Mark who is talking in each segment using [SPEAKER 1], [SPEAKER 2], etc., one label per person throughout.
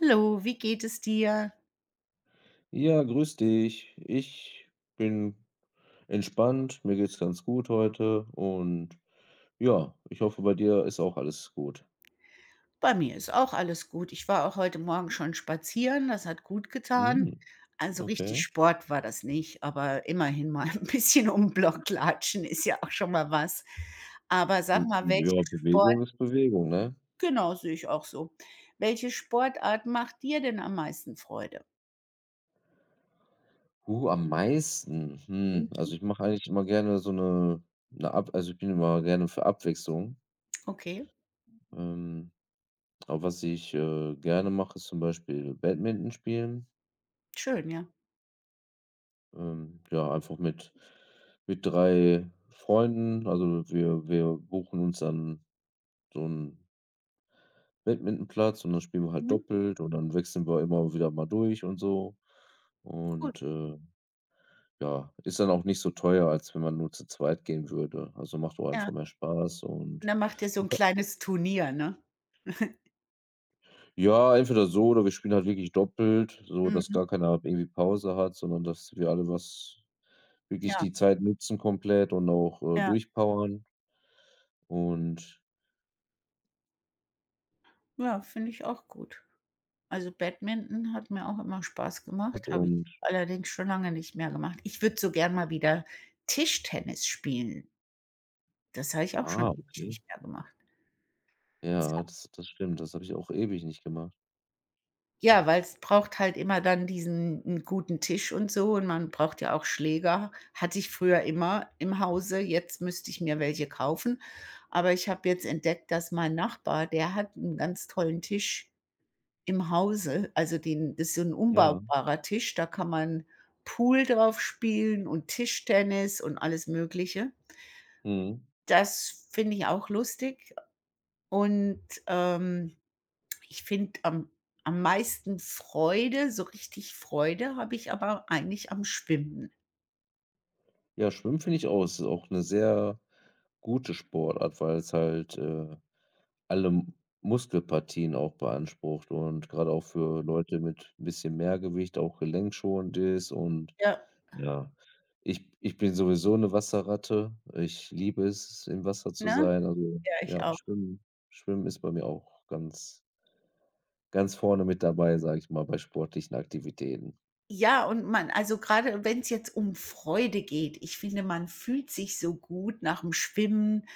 [SPEAKER 1] Hallo, wie geht es dir?
[SPEAKER 2] Ja, grüß dich. Ich bin entspannt, mir geht's ganz gut heute und ja, ich hoffe, bei dir ist auch alles gut.
[SPEAKER 1] Bei mir ist auch alles gut. Ich war auch heute Morgen schon spazieren, das hat gut getan.
[SPEAKER 2] Mhm,
[SPEAKER 1] Also richtig
[SPEAKER 2] okay.
[SPEAKER 1] Sport war das nicht, aber immerhin mal ein bisschen um 'n Block latschen ist ja auch schon mal was. Aber sag
[SPEAKER 2] J
[SPEAKER 1] mal, welche
[SPEAKER 2] ja,
[SPEAKER 1] Sport,
[SPEAKER 2] Bewegung ist Bewegung, ne?
[SPEAKER 1] genau, sehe ich auch so. Welche Sportart macht dir denn am meisten Freude?
[SPEAKER 2] Am meisten, hm,
[SPEAKER 1] Mhm,
[SPEAKER 2] also, ich mache eigentlich immer gerne so eine, 'ne Ab also, ich bin immer gerne für Abwechslung.
[SPEAKER 1] okay,
[SPEAKER 2] Ähm, aber was ich, gerne mache, ist zum Beispiel Badminton spielen.
[SPEAKER 1] schön, ja.
[SPEAKER 2] Ja, einfach mit 3 Freunden. Also, wir buchen uns dann so einen Badmintonplatz und dann spielen wir halt
[SPEAKER 1] Mhm,
[SPEAKER 2] doppelt und dann wechseln wir immer wieder mal durch und so.
[SPEAKER 1] gut,
[SPEAKER 2] Und, ja, ist dann auch nicht so teuer, als wenn man nur zu zweit gehen würde. Also, macht auch
[SPEAKER 1] ja.
[SPEAKER 2] einfach mehr Spaß
[SPEAKER 1] Und
[SPEAKER 2] und
[SPEAKER 1] dann macht ihr so ein kleines Turnier, ne?
[SPEAKER 2] ja, entweder so oder wir spielen halt wirklich doppelt, so dass
[SPEAKER 1] Mhm,
[SPEAKER 2] gar keiner irgendwie Pause hat, sondern dass wir alle was wirklich
[SPEAKER 1] ja,
[SPEAKER 2] die Zeit nutzen komplett und auch,
[SPEAKER 1] ja.
[SPEAKER 2] durchpowern. Und
[SPEAKER 1] Ja, finde ich auch gut. Also, Badminton hat mir auch immer Spaß gemacht, habe ich
[SPEAKER 2] und
[SPEAKER 1] allerdings schon lange nicht mehr gemacht. Ich würde so gern mal wieder Tischtennis spielen. Das habe ich auch schon ewig
[SPEAKER 2] okay.
[SPEAKER 1] nicht mehr gemacht.
[SPEAKER 2] Ja, das stimmt. Das habe ich auch ewig nicht gemacht.
[SPEAKER 1] Ja, weil es braucht halt immer dann diesen 'n guten Tisch und so und man braucht ja auch Schläger. Hatte ich früher immer im Hause, jetzt müsste ich mir welche kaufen. Aber ich habe jetzt entdeckt, dass mein Nachbar, der hat 'n ganz tollen Tisch im Hause, also den das ist so ein
[SPEAKER 2] Ja,
[SPEAKER 1] umbaubarer Tisch, da kann man Pool drauf spielen und Tischtennis und alles Mögliche.
[SPEAKER 2] mhm.
[SPEAKER 1] Das finde ich auch lustig und, ähm, ich finde am meisten Freude, so richtig Freude habe ich aber eigentlich am Schwimmen.
[SPEAKER 2] Ja, Schwimmen finde ich auch, es ist auch 'ne sehr gute Sportart, weil es halt, alle M Muskelpartien auch beansprucht und grade auch für Leute mit 'n bisschen mehr Gewicht auch gelenkschonend ist und
[SPEAKER 1] Ja,
[SPEAKER 2] ja. Ich bin sowieso 'ne Wasserratte. Ich liebe es, im Wasser zu
[SPEAKER 1] ne?
[SPEAKER 2] sein. Also,
[SPEAKER 1] Ja, ich
[SPEAKER 2] ja,
[SPEAKER 1] auch.
[SPEAKER 2] Schwimmen. Schwimmen ist bei mir auch ganz vorne mit dabei, sage ich mal, bei sportlichen Aktivitäten.
[SPEAKER 1] Ja, und man, also gerade wenn es jetzt um Freude geht, ich finde, man fühlt sich so gut nach dem Schwimmen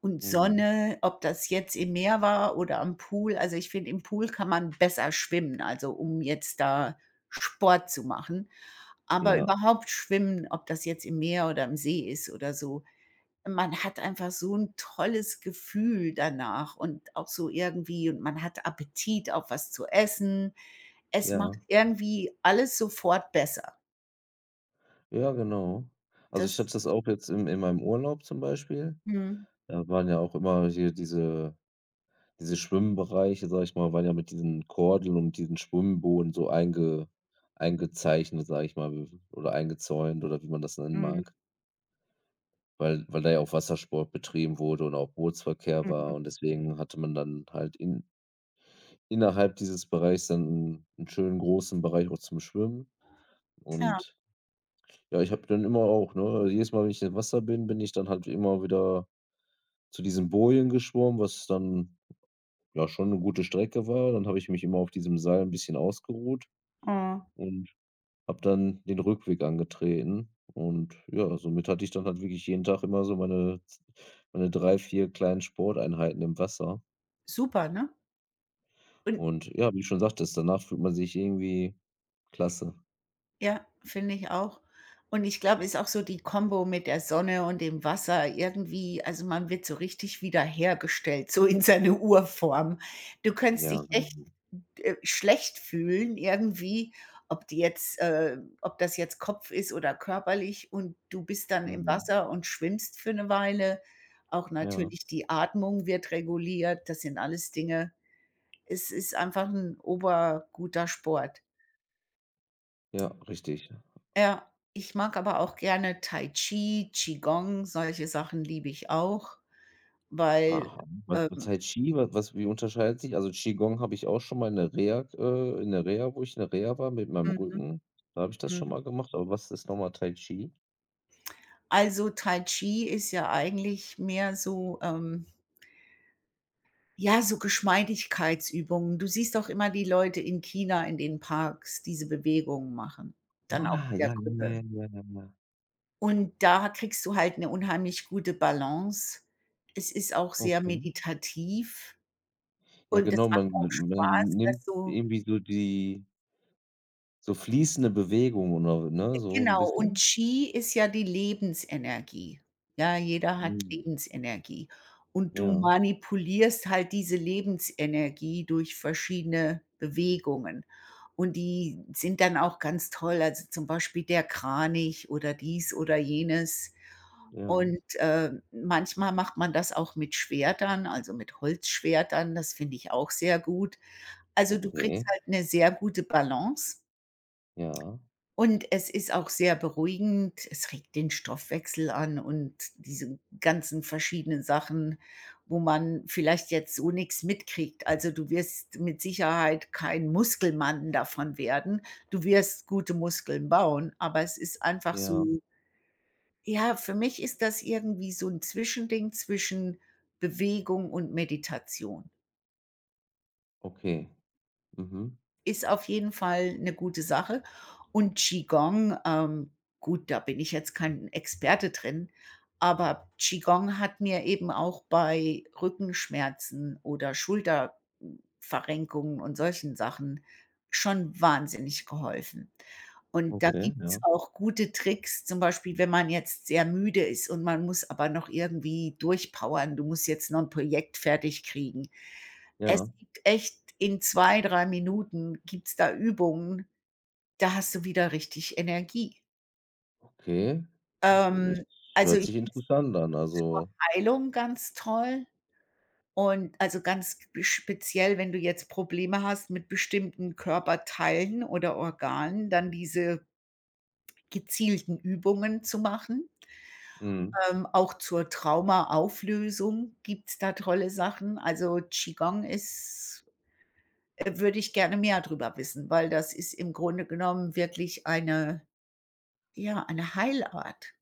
[SPEAKER 1] und
[SPEAKER 2] Mhm.
[SPEAKER 1] Sonne, ob das jetzt im Meer war oder am Pool. Also, ich finde, im Pool kann man besser schwimmen, also, um jetzt da Sport zu machen. Aber
[SPEAKER 2] Ja,
[SPEAKER 1] überhaupt schwimmen, ob das jetzt im Meer oder im See ist oder so, man hat einfach so ein tolles Gefühl danach und auch so irgendwie und man hat Appetit auf was zu essen. Es macht
[SPEAKER 2] ja.
[SPEAKER 1] irgendwie alles sofort besser.
[SPEAKER 2] Ja, genau. Also, ich habe
[SPEAKER 1] Das,
[SPEAKER 2] das auch jetzt in meinem Urlaub zum Beispiel.
[SPEAKER 1] mhm.
[SPEAKER 2] Da waren ja auch immer hier diese Schwimmbereiche, sage ich mal, waren ja mit diesen Kordeln und diesen Schwimmboden so eingezeichnet, sage ich mal, w oder eingezäunt oder wie man das nennen
[SPEAKER 1] Mhm,
[SPEAKER 2] mag, weil da ja auch Wassersport betrieben wurde und auch Bootsverkehr war
[SPEAKER 1] mhm.
[SPEAKER 2] und deswegen hatte man dann halt in Innerhalb dieses Bereichs dann 'n schönen großen Bereich auch zum Schwimmen
[SPEAKER 1] Ja.
[SPEAKER 2] und ja, ich habe dann immer auch, ne also jedes Mal, wenn ich im Wasser bin, bin ich dann halt immer wieder zu diesen Bojen geschwommen, was dann, ja, schon 'ne gute Strecke war. Dann habe ich mich immer auf diesem Seil 'n bisschen ausgeruht
[SPEAKER 1] Oh.
[SPEAKER 2] und habe dann den Rückweg angetreten und ja, somit hatte ich dann halt wirklich jeden Tag immer so meine 3 4 kleinen Sporteinheiten im Wasser
[SPEAKER 1] Super, ne? Und
[SPEAKER 2] und ja, wie du schon sagtest, danach fühlt man sich irgendwie klasse.
[SPEAKER 1] ja, finde ich auch. Und ich glaube, ist auch so die Kombo mit der Sonne und dem Wasser irgendwie, also, man wird so richtig wiederhergestellt, so in seine Urform. Du könntest
[SPEAKER 2] Ja,
[SPEAKER 1] dich
[SPEAKER 2] genau.
[SPEAKER 1] echt schlecht fühlen irgendwie, ob das jetzt Kopf ist oder körperlich und du bist dann im
[SPEAKER 2] Mhm.
[SPEAKER 1] Wasser und schwimmst für eine Weile. Auch
[SPEAKER 2] Ja,
[SPEAKER 1] natürlich die Atmung wird reguliert. Das sind alles Dinge, es ist einfach 'n oberguter Sport.
[SPEAKER 2] ja, richtig.
[SPEAKER 1] Ja, ich mag aber auch gerne Tai Chi, Qigong, solche Sachen liebe ich auch, weil,
[SPEAKER 2] Aha. Was
[SPEAKER 1] ähm
[SPEAKER 2] heißt Qi? Wa was wie unterscheidet sich, also, Qigong habe ich auch schon mal in der Reha, in der Reha, wo ich in der Reha war mit meinem
[SPEAKER 1] mhm,
[SPEAKER 2] Rücken, da habe ich das schon
[SPEAKER 1] mhm.
[SPEAKER 2] mal gemacht, aber was ist nochmal Tai Chi?
[SPEAKER 1] Also, Tai Chi ist ja eigentlich mehr so, ja, so Geschmeidigkeitsübungen. Du siehst auch immer die Leute in China in den Parks diese Bewegungen machen, dann auch
[SPEAKER 2] Ah,
[SPEAKER 1] in der
[SPEAKER 2] ja, ja,
[SPEAKER 1] Gruppe.
[SPEAKER 2] ja, ja, ja, ja, ja.
[SPEAKER 1] Und da kriegst du halt 'ne unheimlich gute Balance. Es ist auch sehr
[SPEAKER 2] Okay.
[SPEAKER 1] meditativ
[SPEAKER 2] Ja,
[SPEAKER 1] und es
[SPEAKER 2] genau,
[SPEAKER 1] macht
[SPEAKER 2] man
[SPEAKER 1] auch
[SPEAKER 2] man
[SPEAKER 1] Spaß,
[SPEAKER 2] nimmt
[SPEAKER 1] das so.
[SPEAKER 2] irgendwie so die so fließende Bewegung oder, ne, so ein
[SPEAKER 1] Genau, und
[SPEAKER 2] bisschen?
[SPEAKER 1] Qi ist ja die Lebensenergie. Ja, jeder hat
[SPEAKER 2] Mhm.
[SPEAKER 1] Lebensenergie. Und du
[SPEAKER 2] Ja,
[SPEAKER 1] manipulierst halt diese Lebensenergie durch verschiedene Bewegungen. Und die sind dann auch ganz toll, also zum Beispiel der Kranich oder dies oder jenes.
[SPEAKER 2] ja,
[SPEAKER 1] Und, manchmal macht man das auch mit Schwertern, also mit Holzschwertern, das finde ich auch sehr gut. Also, du kriegst
[SPEAKER 2] okay,
[SPEAKER 1] halt eine sehr gute Balance.
[SPEAKER 2] ja,
[SPEAKER 1] Und es ist auch sehr beruhigend. Es regt den Stoffwechsel an und diese ganzen verschiedenen Sachen, wo man vielleicht jetzt so nichts mitkriegt. Also, du wirst mit Sicherheit kein Muskelmann davon werden. Du wirst gute Muskeln bauen, aber es ist einfach
[SPEAKER 2] ja,
[SPEAKER 1] so, ja, für mich ist das irgendwie so ein Zwischending zwischen Bewegung und Meditation.
[SPEAKER 2] okay. Mhm.
[SPEAKER 1] Ist auf jeden Fall eine gute Sache. Und Qigong, gut, da bin ich jetzt kein Experte drin, aber Qigong hat mir eben auch bei Rückenschmerzen oder Schulterverrenkungen und solchen Sachen schon wahnsinnig geholfen. Und da
[SPEAKER 2] Okay,
[SPEAKER 1] gibt's
[SPEAKER 2] ja,
[SPEAKER 1] auch gute Tricks, zum Beispiel, wenn man jetzt sehr müde ist und man muss aber noch irgendwie durchpowern, du musst jetzt noch ein Projekt fertig kriegen. Es
[SPEAKER 2] ja,
[SPEAKER 1] gibt echt, in 2 3 Minuten gibt's da Übungen, da hast du wieder richtig Energie.
[SPEAKER 2] okay. Es
[SPEAKER 1] Ähm, also,
[SPEAKER 2] hört
[SPEAKER 1] ich
[SPEAKER 2] sich
[SPEAKER 1] find's
[SPEAKER 2] interessant an,
[SPEAKER 1] zur
[SPEAKER 2] also,
[SPEAKER 1] Heilung ganz toll und, also, ganz sp speziell, wenn du jetzt Probleme hast mit bestimmten Körperteilen oder Organen, dann diese gezielten Übungen zu machen.
[SPEAKER 2] mhm.
[SPEAKER 1] Auch zur Traumaauflösung gibt's da tolle Sachen. Also, Qigong ist. Würde ich gerne mehr darüber wissen, weil das ist im Grunde genommen wirklich eine, ja, eine Heilart.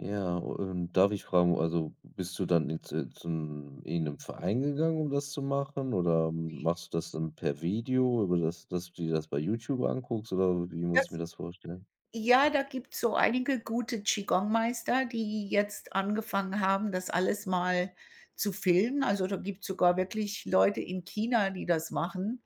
[SPEAKER 2] Ja, darf ich fragen, also bist du dann in zu zum irgendeinem Verein gegangen, um das zu machen, oder machst du das dann per Video, über das, dass du dir das bei YouTube anguckst, oder wie muss ich mir
[SPEAKER 1] Das
[SPEAKER 2] das vorstellen?
[SPEAKER 1] Ja, da gibt es so einige gute Qigong-Meister, die jetzt angefangen haben, das alles mal zu filmen. Also, da gibt es sogar wirklich Leute in China, die das machen.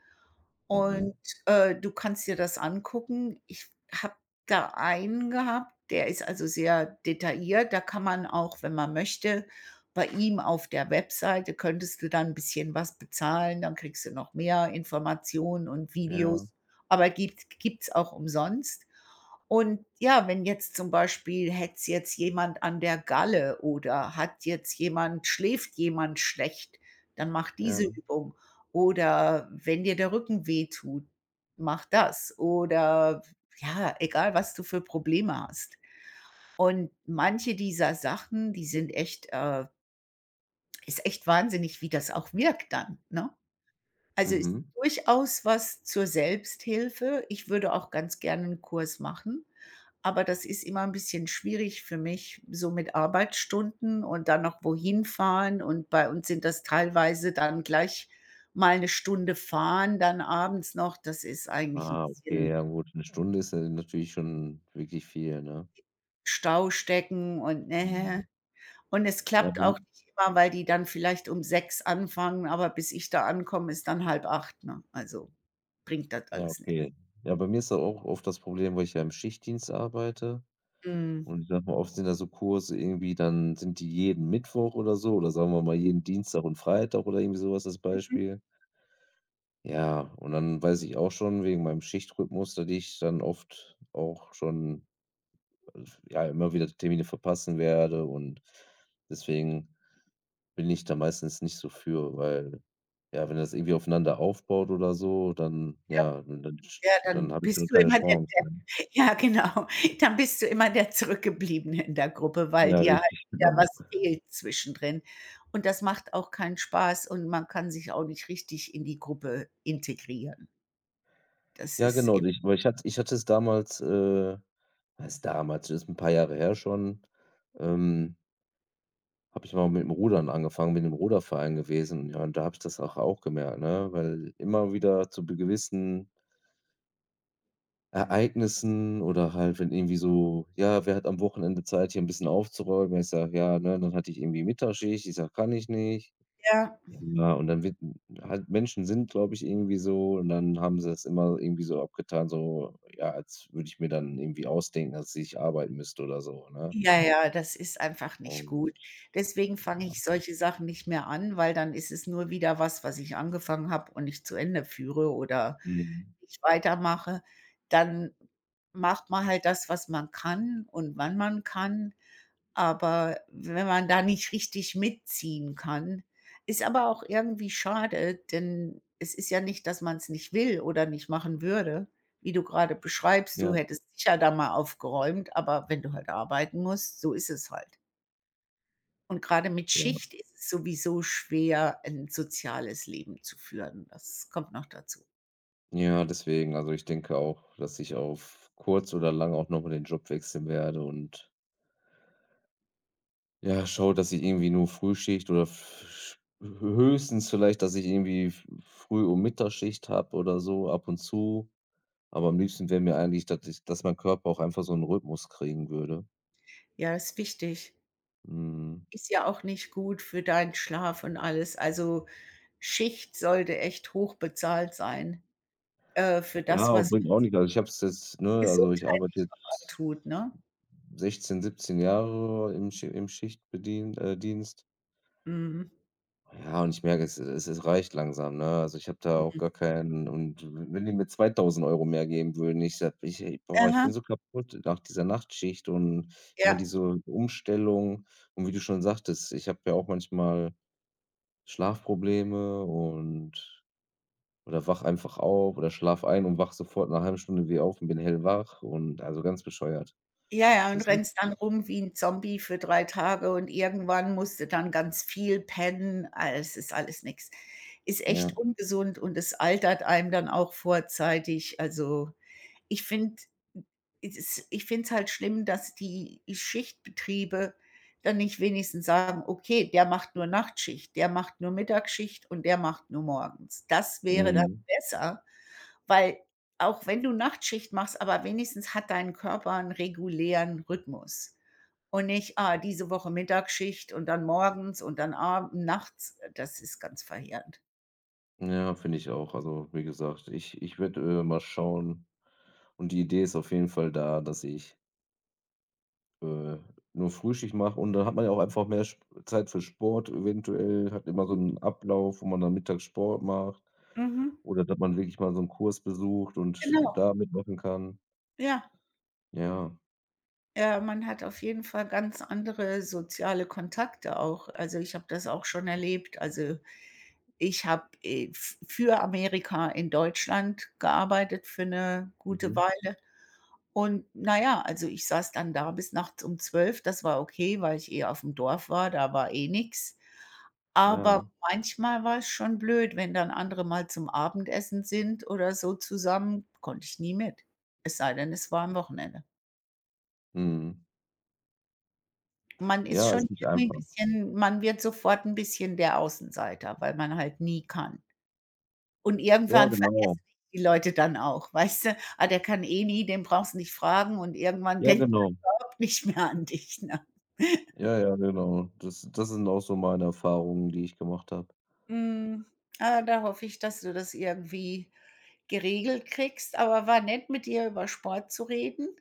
[SPEAKER 1] Und,
[SPEAKER 2] Mhm.
[SPEAKER 1] du kannst dir das angucken. Ich habe da einen gehabt, der ist also sehr detailliert. Da kann man auch, wenn man möchte, bei ihm auf der Webseite könntest du dann ein bisschen was bezahlen, dann kriegst du noch mehr Informationen und
[SPEAKER 2] Ja,
[SPEAKER 1] Videos, aber gibt's auch umsonst. Und ja, wenn jetzt zum Beispiel hätt's jetzt jemand an der Galle oder hat jetzt jemand, schläft jemand schlecht, dann mach diese
[SPEAKER 2] ja.
[SPEAKER 1] Übung. Oder wenn dir der Rücken wehtut, mach das. Oder ja, egal, was du für Probleme hast. Und manche dieser Sachen, die sind echt, ist echt wahnsinnig, wie das auch wirkt dann, ne? Also, ist
[SPEAKER 2] Mhm.
[SPEAKER 1] durchaus was zur Selbsthilfe. Ich würde auch ganz gerne 'n Kurs machen, aber das ist immer 'n bisschen schwierig für mich, so mit Arbeitsstunden und dann noch wohin fahren und bei uns sind das teilweise dann gleich mal 'ne Stunde fahren, dann abends noch. Das ist eigentlich 'n
[SPEAKER 2] Ah, okay,
[SPEAKER 1] bisschen.
[SPEAKER 2] ja, gut, eine Stunde ist ja natürlich schon wirklich viel, ne?
[SPEAKER 1] Stau stecken und ne.
[SPEAKER 2] Mhm.
[SPEAKER 1] Und es
[SPEAKER 2] Ja,
[SPEAKER 1] klappt
[SPEAKER 2] bei
[SPEAKER 1] auch
[SPEAKER 2] m
[SPEAKER 1] nicht immer, weil die dann vielleicht um 6 anfangen, aber bis ich da ankomme, ist dann 7:30, ne? Also, bringt das
[SPEAKER 2] ja,
[SPEAKER 1] alles nix.
[SPEAKER 2] okay. Ja, bei mir ist da auch oft das Problem, weil ich ja im Schichtdienst arbeite.
[SPEAKER 1] Mhm.
[SPEAKER 2] Und ich sag mal, oft sind da so Kurse irgendwie, dann sind die jeden Mittwoch oder so oder sagen wir mal jeden Dienstag und Freitag oder irgendwie sowas was als
[SPEAKER 1] Mhm.
[SPEAKER 2] Beispiel. Ja, und dann weiß ich auch schon wegen meinem Schichtrhythmus, dass ich dann oft auch schon, äh, ja, immer wieder Termine verpassen werde und deswegen bin ich da meistens nicht so für, weil, ja, wenn das irgendwie aufeinander aufbaut oder so, dann, ja, dann
[SPEAKER 1] Ja,
[SPEAKER 2] dann
[SPEAKER 1] dann
[SPEAKER 2] habe ich dann
[SPEAKER 1] bist du
[SPEAKER 2] keine
[SPEAKER 1] immer der
[SPEAKER 2] Chance,
[SPEAKER 1] der
[SPEAKER 2] ne?
[SPEAKER 1] ja, genau, dann bist du immer der Zurückgebliebene in der Gruppe, weil
[SPEAKER 2] Ja,
[SPEAKER 1] dir halt
[SPEAKER 2] richtig,
[SPEAKER 1] wieder
[SPEAKER 2] genau.
[SPEAKER 1] was fehlt zwischendrin. Und das macht auch keinen Spaß und man kann sich auch nicht richtig in die Gruppe integrieren. Das
[SPEAKER 2] Ja,
[SPEAKER 1] ist
[SPEAKER 2] genau,
[SPEAKER 1] eben,
[SPEAKER 2] ich weil ich hatte es damals, was heißt damals, das ist ein paar Jahre her schon, ähm, habe ich mal mit dem Rudern angefangen, bin im Ruderverein gewesen. Ja, und da habe ich das auch gemerkt, ne, weil immer wieder zu be gewissen Ereignissen oder halt, wenn irgendwie so: „Ja, wer hat am Wochenende Zeit, hier ein bisschen aufzuräumen?" Ich sage: „Ja, ne?" Dann hatte ich irgendwie Mittagsschicht. Ich sage: „Kann ich nicht."
[SPEAKER 1] ja.
[SPEAKER 2] Ja, und dann wird halt, Menschen sind, glaube ich, irgendwie so und dann haben sie das immer irgendwie so abgetan, so, ja, als würde ich mir dann irgendwie ausdenken, dass ich arbeiten müsste oder so, ne?
[SPEAKER 1] Ja, ja, das ist einfach nicht gut.
[SPEAKER 2] Und
[SPEAKER 1] Deswegen fange ich solche Sachen nicht mehr an, weil dann ist es nur wieder was, was ich angefangen habe und nicht zu Ende führe oder
[SPEAKER 2] mhm.
[SPEAKER 1] nicht weitermache. Dann macht man halt das, was man kann und wann man kann, aber wenn man da nicht richtig mitziehen kann, ist aber auch irgendwie schade, denn es ist ja nicht, dass man es nicht will oder nicht machen würde. Wie du gerade beschreibst,
[SPEAKER 2] Ja,
[SPEAKER 1] du hättest sicher da mal aufgeräumt, aber wenn du halt arbeiten musst, so ist es halt. Und gerade mit
[SPEAKER 2] ja.
[SPEAKER 1] Schicht ist es sowieso schwer, ein soziales Leben zu führen. Das kommt noch dazu.
[SPEAKER 2] Ja, deswegen, also, ich denke auch, dass ich auf kurz oder lang auch noch mal den Job wechseln werde und, ja, schau, dass ich irgendwie nur Frühschicht oder f höchstens vielleicht, dass ich irgendwie f Früh und Mittagsschicht habe oder so ab und zu. Aber am liebsten wäre mir eigentlich, dass mein Körper auch einfach so 'n Rhythmus kriegen würde.
[SPEAKER 1] Ja, ist wichtig.
[SPEAKER 2] Mhm.
[SPEAKER 1] Ist ja auch nicht gut für deinen Schlaf und alles. Also, Schicht sollte echt hoch bezahlt sein. Für
[SPEAKER 2] Ja,
[SPEAKER 1] das,
[SPEAKER 2] aber
[SPEAKER 1] was
[SPEAKER 2] bringt auch nicht. Also, ich habe es jetzt, ne, also, ich arbeite
[SPEAKER 1] gesundheitlich auch
[SPEAKER 2] jetzt
[SPEAKER 1] antut, ne?
[SPEAKER 2] 16, 17 Jahre im Schi im Schichtbedien Dienst.
[SPEAKER 1] Mhm.
[SPEAKER 2] Ja, und ich merke, es reicht langsam, ne? Also, ich habe da auch gar keinen, und wenn die mir 2.000 € mehr geben würden, ich sage, ich, ey, boah, ich
[SPEAKER 1] Aha,
[SPEAKER 2] bin so kaputt nach dieser Nachtschicht und immer
[SPEAKER 1] ja.
[SPEAKER 2] diese Umstellung. Und wie du schon sagtest, ich habe ja auch manchmal Schlafprobleme oder wach einfach auf oder schlafe ein und wach sofort nach 'ner halben Stunde wieder auf und bin hellwach und also, ganz bescheuert.
[SPEAKER 1] Ja, ja,
[SPEAKER 2] Das
[SPEAKER 1] und
[SPEAKER 2] ist echt
[SPEAKER 1] rennst dann rum wie 'n Zombie für 3 Tage und irgendwann musst du dann ganz viel pennen. Ah, es ist alles nix. Ist
[SPEAKER 2] ja,
[SPEAKER 1] echt ungesund und es altert einem dann auch vorzeitig. Also, Ich finde ich finde es halt schlimm, dass die Schichtbetriebe dann nicht wenigstens sagen: „Okay, der macht nur Nachtschicht, der macht nur Mittagsschicht und der macht nur morgens." Das wäre dann
[SPEAKER 2] mhm.
[SPEAKER 1] besser, weil auch wenn du Nachtschicht machst, aber wenigstens hat dein Körper 'n regulären Rhythmus und nicht: „Ah, diese Woche Mittagsschicht und dann morgens und dann ab nachts." Das ist ganz verheerend.
[SPEAKER 2] Ja, finde ich auch. Also, wie gesagt, ich werde, mal schauen und die Idee ist auf jeden Fall da, dass ich, äh, nur Frühschicht mache und dann hat man ja auch einfach mehr Sp Zeit für Sport eventuell, hat immer so 'n Ablauf, wo man dann mittags Sport macht
[SPEAKER 1] Mhm.
[SPEAKER 2] oder dass man wirklich mal so 'n Kurs besucht und
[SPEAKER 1] Genau,
[SPEAKER 2] da mitmachen kann.
[SPEAKER 1] ja.
[SPEAKER 2] Ja.
[SPEAKER 1] Ja, man hat auf jeden Fall ganz andere soziale Kontakte auch. Also, ich habe das auch schon erlebt. Also, ich habe, f für Amerika in Deutschland gearbeitet für eine gute
[SPEAKER 2] Mhm.
[SPEAKER 1] Weile. Und na ja, also, ich saß dann da bis nachts um 12. Das war okay, weil ich eh auf dem Dorf war, da war eh nix. Aber
[SPEAKER 2] Ja.
[SPEAKER 1] manchmal war es schon blöd, wenn dann andere mal zum Abendessen sind oder so zusammen, konnte ich nie mit. Es sei denn, es war am Wochenende.
[SPEAKER 2] Mhm.
[SPEAKER 1] Man ist
[SPEAKER 2] Ja, ist
[SPEAKER 1] schon
[SPEAKER 2] nicht
[SPEAKER 1] irgendwie 'n
[SPEAKER 2] einfach.
[SPEAKER 1] bisschen, man wird sofort 'n bisschen der Außenseiter, weil man halt nie kann. Und
[SPEAKER 2] Ja,
[SPEAKER 1] irgendwann
[SPEAKER 2] genau.
[SPEAKER 1] vergessen dich die Leute dann auch, weißt du? „Ah, der kann eh nie, den brauchst du nicht fragen" und irgendwann
[SPEAKER 2] Ja,
[SPEAKER 1] denkt man
[SPEAKER 2] genau.
[SPEAKER 1] überhaupt nicht mehr an dich, ne?
[SPEAKER 2] Ja, ja, genau. Das sind auch so meine Erfahrungen, die ich gemacht habe.
[SPEAKER 1] Hm, ah, da hoffe ich, dass du das irgendwie geregelt kriegst, aber war nett, mit dir über Sport zu reden.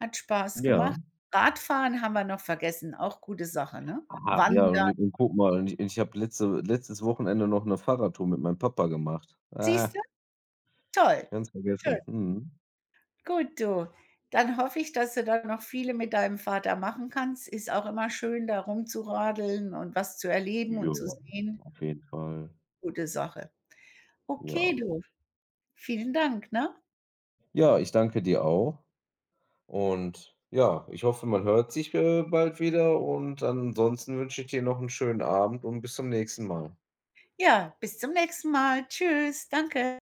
[SPEAKER 1] Hat Spaß
[SPEAKER 2] Ja.
[SPEAKER 1] gemacht. Radfahren haben wir noch vergessen, auch gute Sache, ne?
[SPEAKER 2] Ach ja,
[SPEAKER 1] Wandern,
[SPEAKER 2] und guck mal, und ich habe letztes Wochenende noch eine Fahrradtour mit meinem Papa gemacht. Ah,
[SPEAKER 1] siehst du? Toll.
[SPEAKER 2] ganz
[SPEAKER 1] Schön.
[SPEAKER 2] vergessen. Mhm.
[SPEAKER 1] Gut, du. Dann hoffe ich, dass du da noch viele mit deinem Vater machen kannst. Ist auch immer schön, da rumzuradeln und was zu erleben
[SPEAKER 2] Ja,
[SPEAKER 1] und zu sehen.
[SPEAKER 2] auf jeden Fall.
[SPEAKER 1] Gute Sache. Okay,
[SPEAKER 2] Ja.
[SPEAKER 1] du. Vielen Dank, ne?
[SPEAKER 2] Ja, ich danke dir auch und ja, ich hoffe, man hört sich, bald wieder und ansonsten wünsche ich dir noch einen schönen Abend und bis zum nächsten Mal.
[SPEAKER 1] Ja, bis zum nächsten Mal. Tschüss. Danke.